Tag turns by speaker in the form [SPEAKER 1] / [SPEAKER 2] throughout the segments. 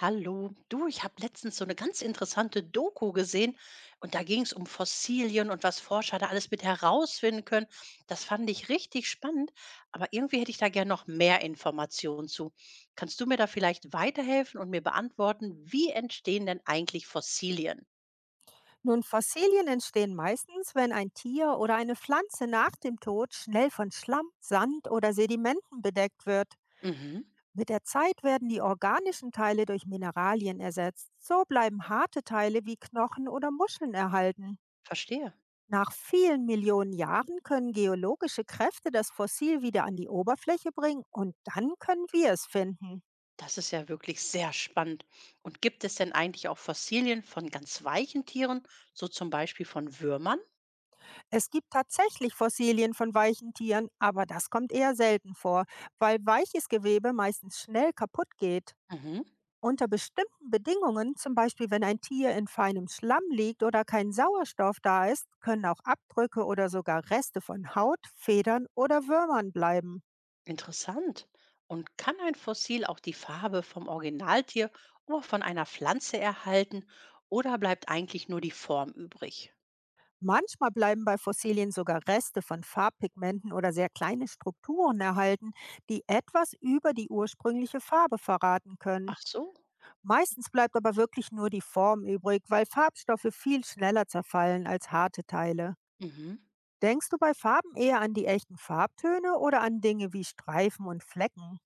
[SPEAKER 1] Hallo, du, ich habe letztens so eine ganz interessante Doku gesehen und da ging es um Fossilien und was Forscher da alles mit herausfinden können. Das fand ich richtig spannend, aber irgendwie hätte ich da gern noch mehr Informationen zu. Kannst du mir da vielleicht weiterhelfen und mir beantworten, wie entstehen denn eigentlich Fossilien?
[SPEAKER 2] Nun, Fossilien entstehen meistens, wenn ein Tier oder eine Pflanze nach dem Tod schnell von Schlamm, Sand oder Sedimenten bedeckt wird.
[SPEAKER 1] Mhm,
[SPEAKER 2] Mit der Zeit werden die organischen Teile durch Mineralien ersetzt. So bleiben harte Teile wie Knochen oder Muscheln erhalten.
[SPEAKER 1] verstehe.
[SPEAKER 2] Nach vielen Millionen Jahren können geologische Kräfte das Fossil wieder an die Oberfläche bringen und dann können wir es finden.
[SPEAKER 1] Das ist ja wirklich sehr spannend. Und gibt es denn eigentlich auch Fossilien von ganz weichen Tieren, so zum Beispiel von Würmern?
[SPEAKER 2] Es gibt tatsächlich Fossilien von weichen Tieren, aber das kommt eher selten vor, weil weiches Gewebe meistens schnell kaputt geht.
[SPEAKER 1] Mhm.
[SPEAKER 2] Unter bestimmten Bedingungen, zum Beispiel wenn ein Tier in feinem Schlamm liegt oder kein Sauerstoff da ist, können auch Abdrücke oder sogar Reste von Haut, Federn oder Würmern bleiben.
[SPEAKER 1] Interessant. Und kann ein Fossil auch die Farbe vom Originaltier oder von einer Pflanze erhalten oder bleibt eigentlich nur die Form übrig?
[SPEAKER 2] Manchmal bleiben bei Fossilien sogar Reste von Farbpigmenten oder sehr kleine Strukturen erhalten, die etwas über die ursprüngliche Farbe verraten können.
[SPEAKER 1] Ach so.
[SPEAKER 2] Meistens bleibt aber wirklich nur die Form übrig, weil Farbstoffe viel schneller zerfallen als harte Teile.
[SPEAKER 1] Mhm.
[SPEAKER 2] Denkst du bei Farben eher an die echten Farbtöne oder an Dinge wie Streifen und Flecken?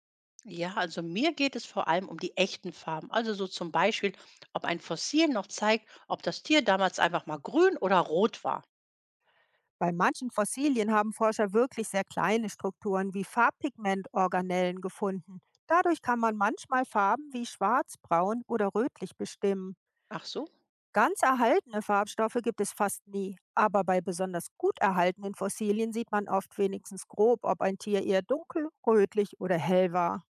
[SPEAKER 1] Ja, also mir geht es vor allem um die echten Farben. Also so zum Beispiel, ob ein Fossil noch zeigt, ob das Tier damals einfach mal grün oder rot war.
[SPEAKER 2] Bei manchen Fossilien haben Forscher wirklich sehr kleine Strukturen wie Farbpigmentorganellen gefunden. Dadurch kann man manchmal Farben wie schwarz, braun oder rötlich bestimmen.
[SPEAKER 1] Ach so.
[SPEAKER 2] Ganz erhaltene Farbstoffe gibt es fast nie, aber bei besonders gut erhaltenen Fossilien sieht man oft wenigstens grob, ob ein Tier eher dunkel, rötlich oder hell war.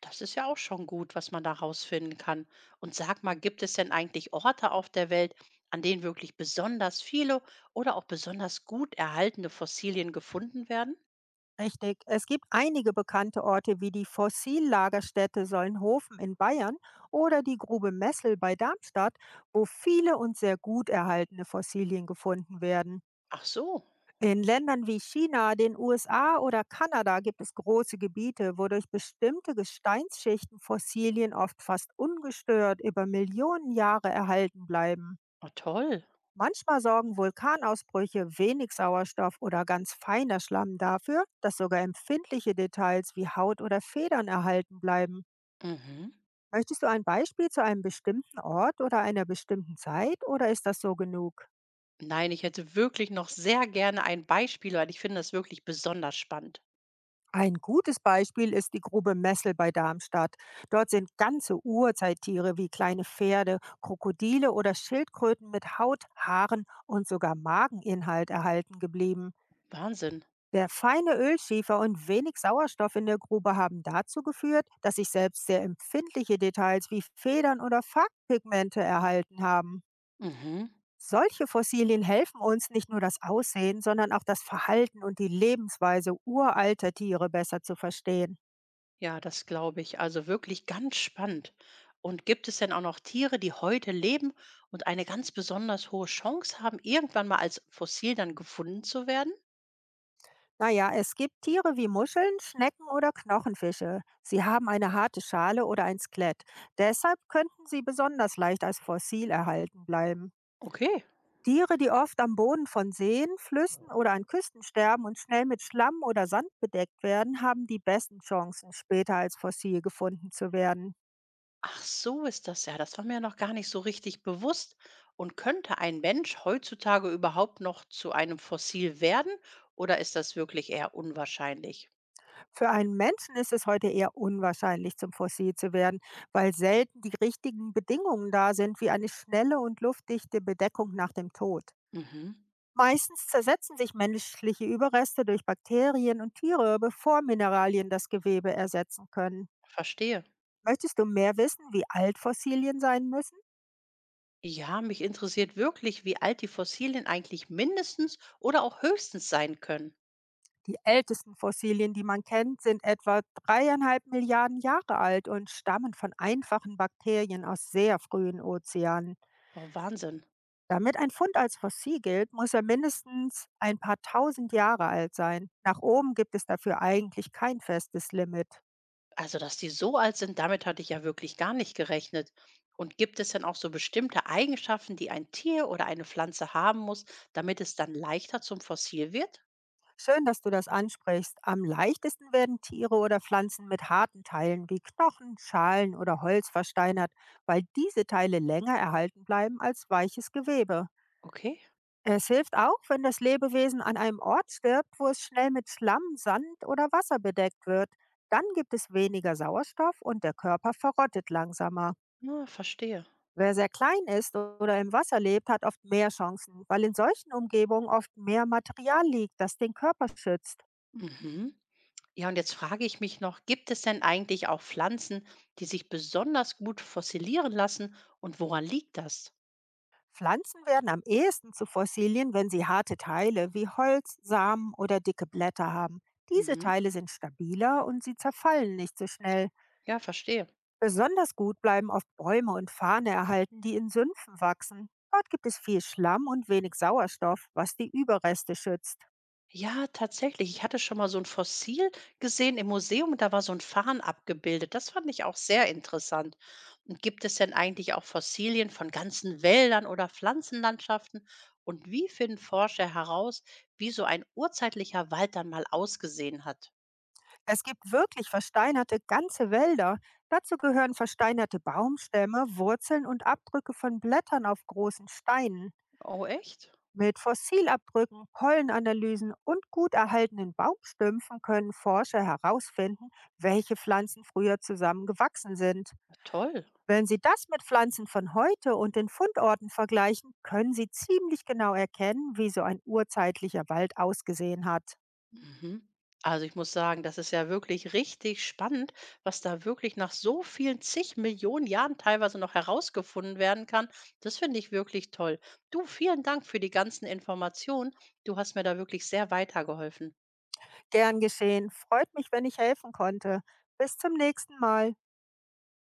[SPEAKER 1] Das ist ja auch schon gut, was man da rausfinden kann. Und sag mal, gibt es denn eigentlich Orte auf der Welt, an denen wirklich besonders viele oder auch besonders gut erhaltene Fossilien gefunden werden?
[SPEAKER 2] Richtig, es gibt einige bekannte Orte wie die Fossillagerstätte Sollenhofen in Bayern oder die Grube Messel bei Darmstadt, wo viele und sehr gut erhaltene Fossilien gefunden werden.
[SPEAKER 1] Ach so,
[SPEAKER 2] In Ländern wie China, den USA oder Kanada gibt es große Gebiete, wo durch bestimmte Gesteinsschichten Fossilien oft fast ungestört über Millionen Jahre erhalten bleiben.
[SPEAKER 1] oh toll.
[SPEAKER 2] Manchmal sorgen Vulkanausbrüche, wenig Sauerstoff oder ganz feiner Schlamm dafür, dass sogar empfindliche Details wie Haut oder Federn erhalten bleiben.
[SPEAKER 1] Mhm.
[SPEAKER 2] Möchtest du ein Beispiel zu einem bestimmten Ort oder einer bestimmten Zeit oder ist das so genug?
[SPEAKER 1] Nein, ich hätte wirklich noch sehr gerne ein Beispiel, weil ich finde das wirklich besonders spannend.
[SPEAKER 2] Ein gutes Beispiel ist die Grube Messel bei Darmstadt. Dort sind ganze Urzeittiere wie kleine Pferde, Krokodile oder Schildkröten mit Haut, Haaren und sogar Mageninhalt erhalten geblieben.
[SPEAKER 1] Wahnsinn.
[SPEAKER 2] Der feine Ölschiefer und wenig Sauerstoff in der Grube haben dazu geführt, dass sich selbst sehr empfindliche Details wie Federn oder Farbpigmente erhalten haben.
[SPEAKER 1] Mhm.
[SPEAKER 2] Solche Fossilien helfen uns nicht nur das Aussehen, sondern auch das Verhalten und die Lebensweise uralter Tiere besser zu verstehen.
[SPEAKER 1] Ja, das glaube ich. Also wirklich ganz spannend. Und gibt es denn auch noch Tiere, die heute leben und eine ganz besonders hohe Chance haben, irgendwann mal als Fossil dann gefunden zu werden?
[SPEAKER 2] Naja, es gibt Tiere wie Muscheln, Schnecken oder Knochenfische. Sie haben eine harte Schale oder ein Skelett. Deshalb könnten sie besonders leicht als Fossil erhalten bleiben.
[SPEAKER 1] Okay.
[SPEAKER 2] Tiere, die oft am Boden von Seen, Flüssen oder an Küsten sterben und schnell mit Schlamm oder Sand bedeckt werden, haben die besten Chancen, später als Fossil gefunden zu werden.
[SPEAKER 1] Ach, so ist das ja. Das war mir noch gar nicht so richtig bewusst. Und könnte ein Mensch heutzutage überhaupt noch zu einem Fossil werden? Oder ist das wirklich eher unwahrscheinlich?
[SPEAKER 2] Für einen Menschen ist es heute eher unwahrscheinlich, zum Fossil zu werden, weil selten die richtigen Bedingungen da sind, wie eine schnelle und luftdichte Bedeckung nach dem Tod.
[SPEAKER 1] Mhm.
[SPEAKER 2] Meistens zersetzen sich menschliche Überreste durch Bakterien und Tiere, bevor Mineralien das Gewebe ersetzen können.
[SPEAKER 1] Verstehe.
[SPEAKER 2] Möchtest du mehr wissen, wie alt Fossilien sein müssen?
[SPEAKER 1] Ja, mich interessiert wirklich, wie alt die Fossilien eigentlich mindestens oder auch höchstens sein können.
[SPEAKER 2] Die ältesten Fossilien, die man kennt, sind etwa dreieinhalb Milliarden Jahre alt und stammen von einfachen Bakterien aus sehr frühen Ozeanen.
[SPEAKER 1] Boah, Wahnsinn.
[SPEAKER 2] Damit ein Fund als Fossil gilt, muss er mindestens ein paar tausend Jahre alt sein. Nach oben gibt es dafür eigentlich kein festes Limit.
[SPEAKER 1] Also, dass die so alt sind, damit hatte ich ja wirklich gar nicht gerechnet. Und gibt es denn auch so bestimmte Eigenschaften, die ein Tier oder eine Pflanze haben muss, damit es dann leichter zum Fossil wird?
[SPEAKER 2] Schön, dass du das ansprichst. Am leichtesten werden Tiere oder Pflanzen mit harten Teilen wie Knochen, Schalen oder Holz versteinert, weil diese Teile länger erhalten bleiben als weiches Gewebe.
[SPEAKER 1] Okay,
[SPEAKER 2] Es hilft auch, wenn das Lebewesen an einem Ort stirbt, wo es schnell mit Schlamm, Sand oder Wasser bedeckt wird. Dann gibt es weniger Sauerstoff und der Körper verrottet langsamer.
[SPEAKER 1] na, verstehe.
[SPEAKER 2] Wer sehr klein ist oder im Wasser lebt, hat oft mehr Chancen, weil in solchen Umgebungen oft mehr Material liegt, das den Körper schützt.
[SPEAKER 1] Mhm. Ja, und jetzt frage ich mich noch, gibt es denn eigentlich auch Pflanzen, die sich besonders gut fossilieren lassen und woran liegt das?
[SPEAKER 2] Pflanzen werden am ehesten zu Fossilien, wenn sie harte Teile wie Holz, Samen oder dicke Blätter haben. Diese
[SPEAKER 1] Mhm.
[SPEAKER 2] Teile sind stabiler und sie zerfallen nicht so schnell.
[SPEAKER 1] Ja, verstehe.
[SPEAKER 2] Besonders gut bleiben oft Bäume und Farne erhalten, die in Sümpfen wachsen. Dort gibt es viel Schlamm und wenig Sauerstoff, was die Überreste schützt.
[SPEAKER 1] Ja, tatsächlich. Ich hatte schon mal so ein Fossil gesehen im Museum und da war so ein Farn abgebildet. Das fand ich auch sehr interessant. Und gibt es denn eigentlich auch Fossilien von ganzen Wäldern oder Pflanzenlandschaften? Und wie finden Forscher heraus, wie so ein urzeitlicher Wald dann mal ausgesehen hat?
[SPEAKER 2] Es gibt wirklich versteinerte ganze Wälder. Dazu gehören versteinerte Baumstämme, Wurzeln und Abdrücke von Blättern auf großen Steinen.
[SPEAKER 1] Oh, echt?
[SPEAKER 2] Mit Fossilabdrücken, Pollenanalysen und gut erhaltenen Baumstümpfen können Forscher herausfinden, welche Pflanzen früher zusammen gewachsen sind.
[SPEAKER 1] Toll.
[SPEAKER 2] Wenn Sie das mit Pflanzen von heute und den Fundorten vergleichen, können Sie ziemlich genau erkennen, wie so ein urzeitlicher Wald ausgesehen hat.
[SPEAKER 1] Mhm. Also ich muss sagen, das ist ja wirklich richtig spannend, was da wirklich nach so vielen zig Millionen Jahren teilweise noch herausgefunden werden kann. Das finde ich wirklich toll. Du, vielen Dank für die ganzen Informationen. Du hast mir da wirklich sehr weitergeholfen.
[SPEAKER 2] Gern geschehen, freut mich, wenn ich helfen konnte. Bis zum nächsten Mal.